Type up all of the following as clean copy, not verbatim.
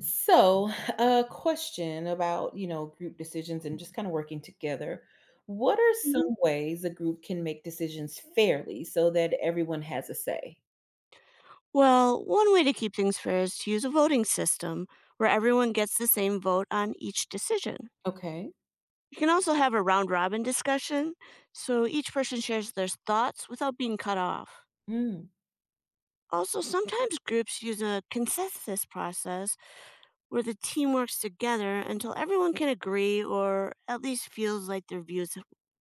So, a question about, group decisions and just kind of working together. What are Mhm. some ways a group can make decisions fairly so that everyone has a say? Well, one way to keep things fair is to use a voting system where everyone gets the same vote on each decision. Okay. You can also have a round robin discussion so each person shares their thoughts without being cut off. Mm, Also, sometimes groups use a consensus process where the team works together until everyone can agree or at least feels like their views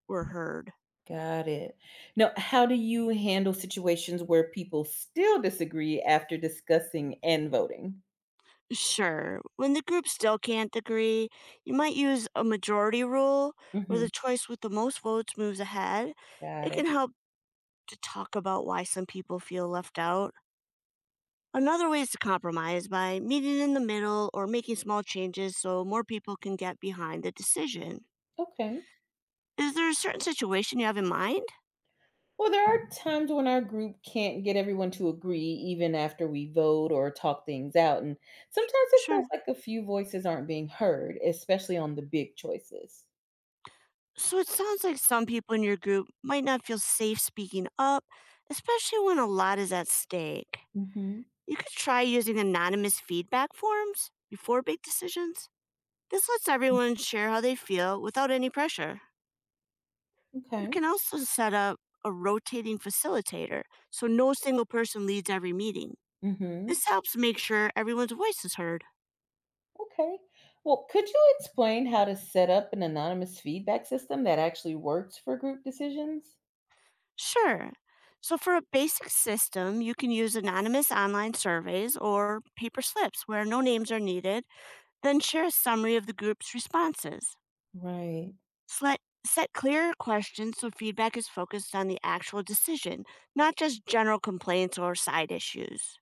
were heard. got it. Now, how do you handle situations where people still disagree after discussing and voting? Sure. When the group still can't agree, you might use a majority rule where Hmm, the choice with the most votes moves ahead. got It can it. help to talk about why some people feel left out. Another way is to compromise by meeting in the middle or making small changes so more people can get behind the decision. Okay. Is there a certain situation you have in mind? Well, there are times when our group can't get everyone to agree, even after we vote or talk things out. And sometimes it feels Sure. like a few voices aren't being heard, especially on the big choices. So it sounds like some people in your group might not feel safe speaking up, especially when a lot is at stake. Hmm. You could try using anonymous feedback forms before big decisions. This lets everyone share how they feel without any pressure. You Okay. can also set up a rotating facilitator so no single person leads every meeting. Hmm. This helps make sure everyone's voice is heard. Okay. Well, could you explain how to set up an anonymous feedback system that actually works for group decisions? Sure. So, for a basic system, you can use anonymous online surveys or paper slips where no names are needed, then share a summary of the group's responses. Right. Slet Set clear questions so feedback is focused on the actual decision, not just general complaints or side issues.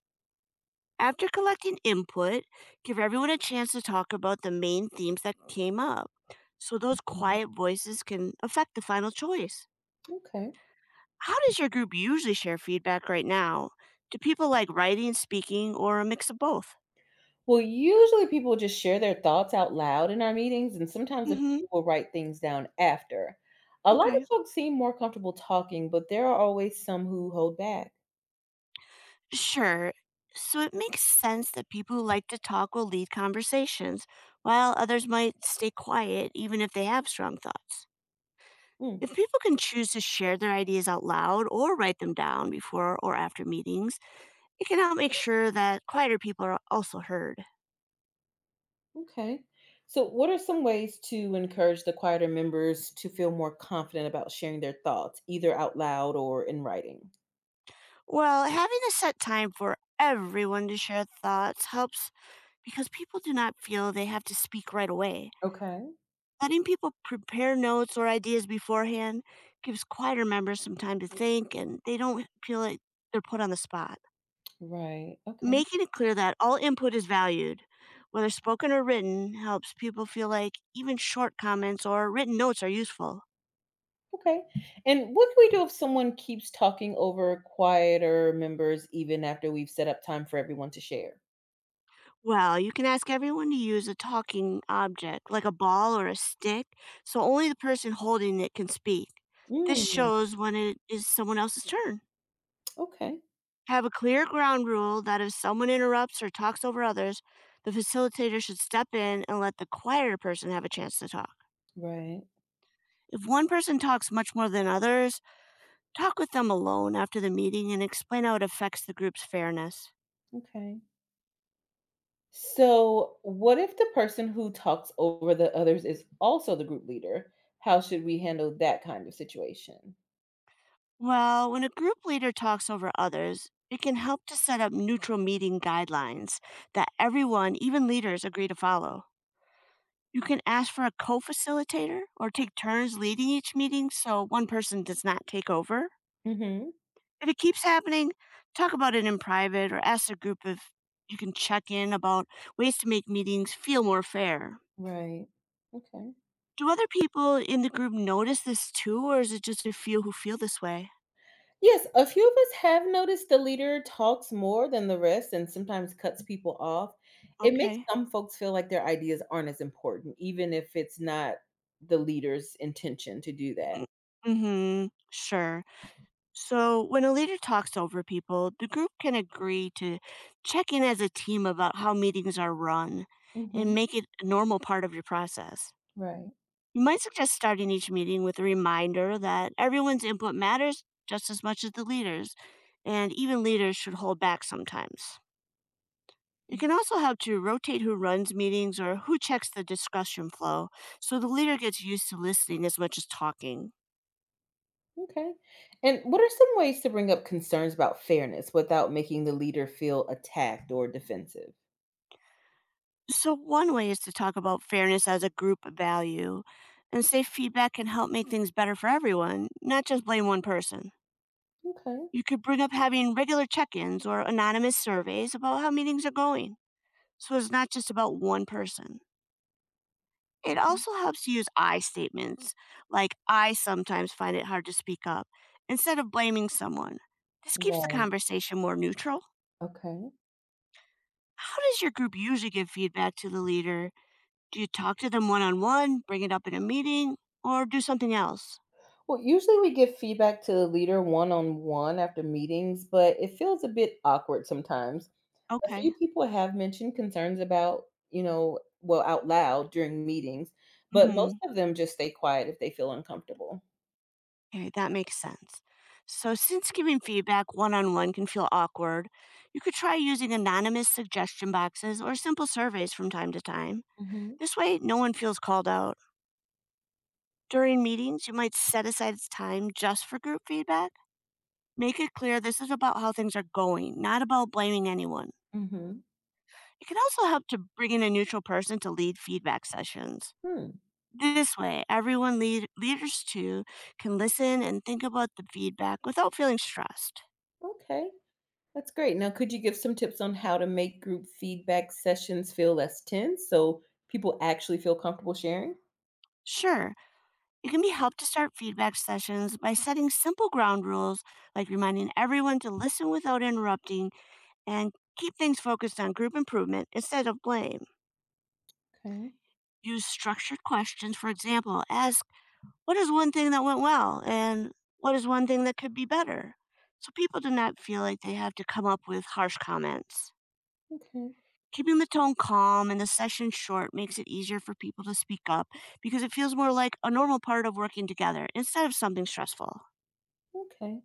After collecting input, give everyone a chance to talk about the main themes that came up so those Mhm. quiet voices can affect the final choice. Okay. How does your group usually share feedback right now? Do people like writing, speaking, or a mix of both? Well, usually people just share their thoughts out loud in our meetings, and sometimes Mm a hmm. few will write things down after. A lot of Okay. folks seem more comfortable talking, but there are always some who hold back. Sure. So it makes sense that people who like to talk will lead conversations, while others might stay quiet even if they have strong thoughts. Mm, If people can choose to share their ideas out loud or write them down before or after meetings, it can help make sure that quieter people are also heard. okay. So, what are some ways to encourage the quieter members to feel more confident about sharing their thoughts, either out loud or in writing? Well, having a set time for everyone to share thoughts helps because people do not feel they have to speak right away. Okay. Letting people prepare notes or ideas beforehand gives quieter members some time to think and they don't feel like they're put on the spot. Right. Okay. Making it clear that all input is valued, whether spoken or written, helps people feel like even short comments or written notes are useful. Okay. And what can we do if someone keeps talking over quieter members even after we've set up time for everyone to share? Well, you can ask everyone to use a talking object, like a ball or a stick, so only the person holding it can speak. This shows when it is someone else's turn. Okay. Have a clear ground rule that if someone interrupts or talks over others, the facilitator should step in and let the quieter person have a chance to talk. Right. If one person talks much more than others, talk with them alone after the meeting and explain how it affects the group's fairness. Okay. So, what if the person who talks over the others is also the group leader? How should we handle that kind of situation? Well, when a group leader talks over others, it can help to set up neutral meeting guidelines that everyone, even leaders, agree to follow. You can ask for a co facilitator or take turns leading each meeting so one person does not take over. Hmm. If it keeps happening, talk about it in private or ask the group if you can check in about ways to make meetings feel more fair. Right. Okay. Do other people in the group notice this too, or is it just a few who feel this way? Yes, a few of us have noticed the leader talks more than the rest and sometimes cuts people off. It makes Okay. some folks feel like their ideas aren't as important, even if it's not the leader's intention to do that. Mm-hmm. Sure. So when a leader talks over people, the group can agree to check in as a team about how meetings are run and Hmm. make it a normal part of your process. Right. You might suggest starting each meeting with a reminder that everyone's input matters just as much as the leaders, and even leaders should hold back sometimes. It can also help to rotate who runs meetings or who checks the discussion flow so the leader gets used to listening as much as talking. Okay. And what are some ways to bring up concerns about fairness without making the leader feel attacked or defensive? So, one way is to talk about fairness as a group value and say feedback can help make things better for everyone, not just blame one person. Okay. You could bring up having regular check ins or anonymous surveys about how meetings are going. So it's not just about one person. It also helps you use I statements, like I sometimes find it hard to speak up, instead of blaming someone. This keeps the Right. conversation more neutral. Okay. How does your group usually give feedback to the leader? Do you talk to them one on one, bring it up in a meeting, or do something else? Well, usually we give feedback to the leader one on one after meetings, but it feels a bit awkward sometimes. A few Okay. people have mentioned concerns about, well, out loud during meetings, but most Mm-hmm. of them just stay quiet if they feel uncomfortable. Okay, that makes sense. So, since giving feedback one on one can feel awkward, you could try using anonymous suggestion boxes or simple surveys from time to time. Mm-hmm. This way, no one feels called out. During meetings, you might set aside time just for group feedback. Make it clear this is about how things are going, not about blaming anyone. Mm-hmm. It can also help to bring in a neutral person to lead feedback sessions. Hmm. This way, leaders too can listen and think about the feedback without feeling stressed. Okay. That's great. Now, could you give some tips on how to make group feedback sessions feel less tense so people actually feel comfortable sharing? Sure, it can be helped to start feedback sessions by setting simple ground rules like reminding everyone to listen without interrupting and keep things focused on group improvement instead of blame. Okay, Use structured questions. For example, ask, what is one thing that went well? And what is one thing that could be better? So people do not feel like they have to come up with harsh comments. okay, Keeping the tone calm and the session short makes it easier for people to speak up because it feels more like a normal part of working together instead of something stressful. okay.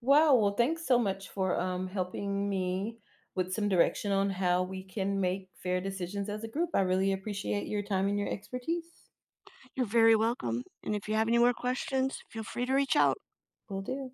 Wow. Well, thanks so much for helping me with some direction on how we can make fair decisions as a group. I really appreciate your time and your expertise. You're very welcome. And if you have any more questions, feel free to reach out. Will do.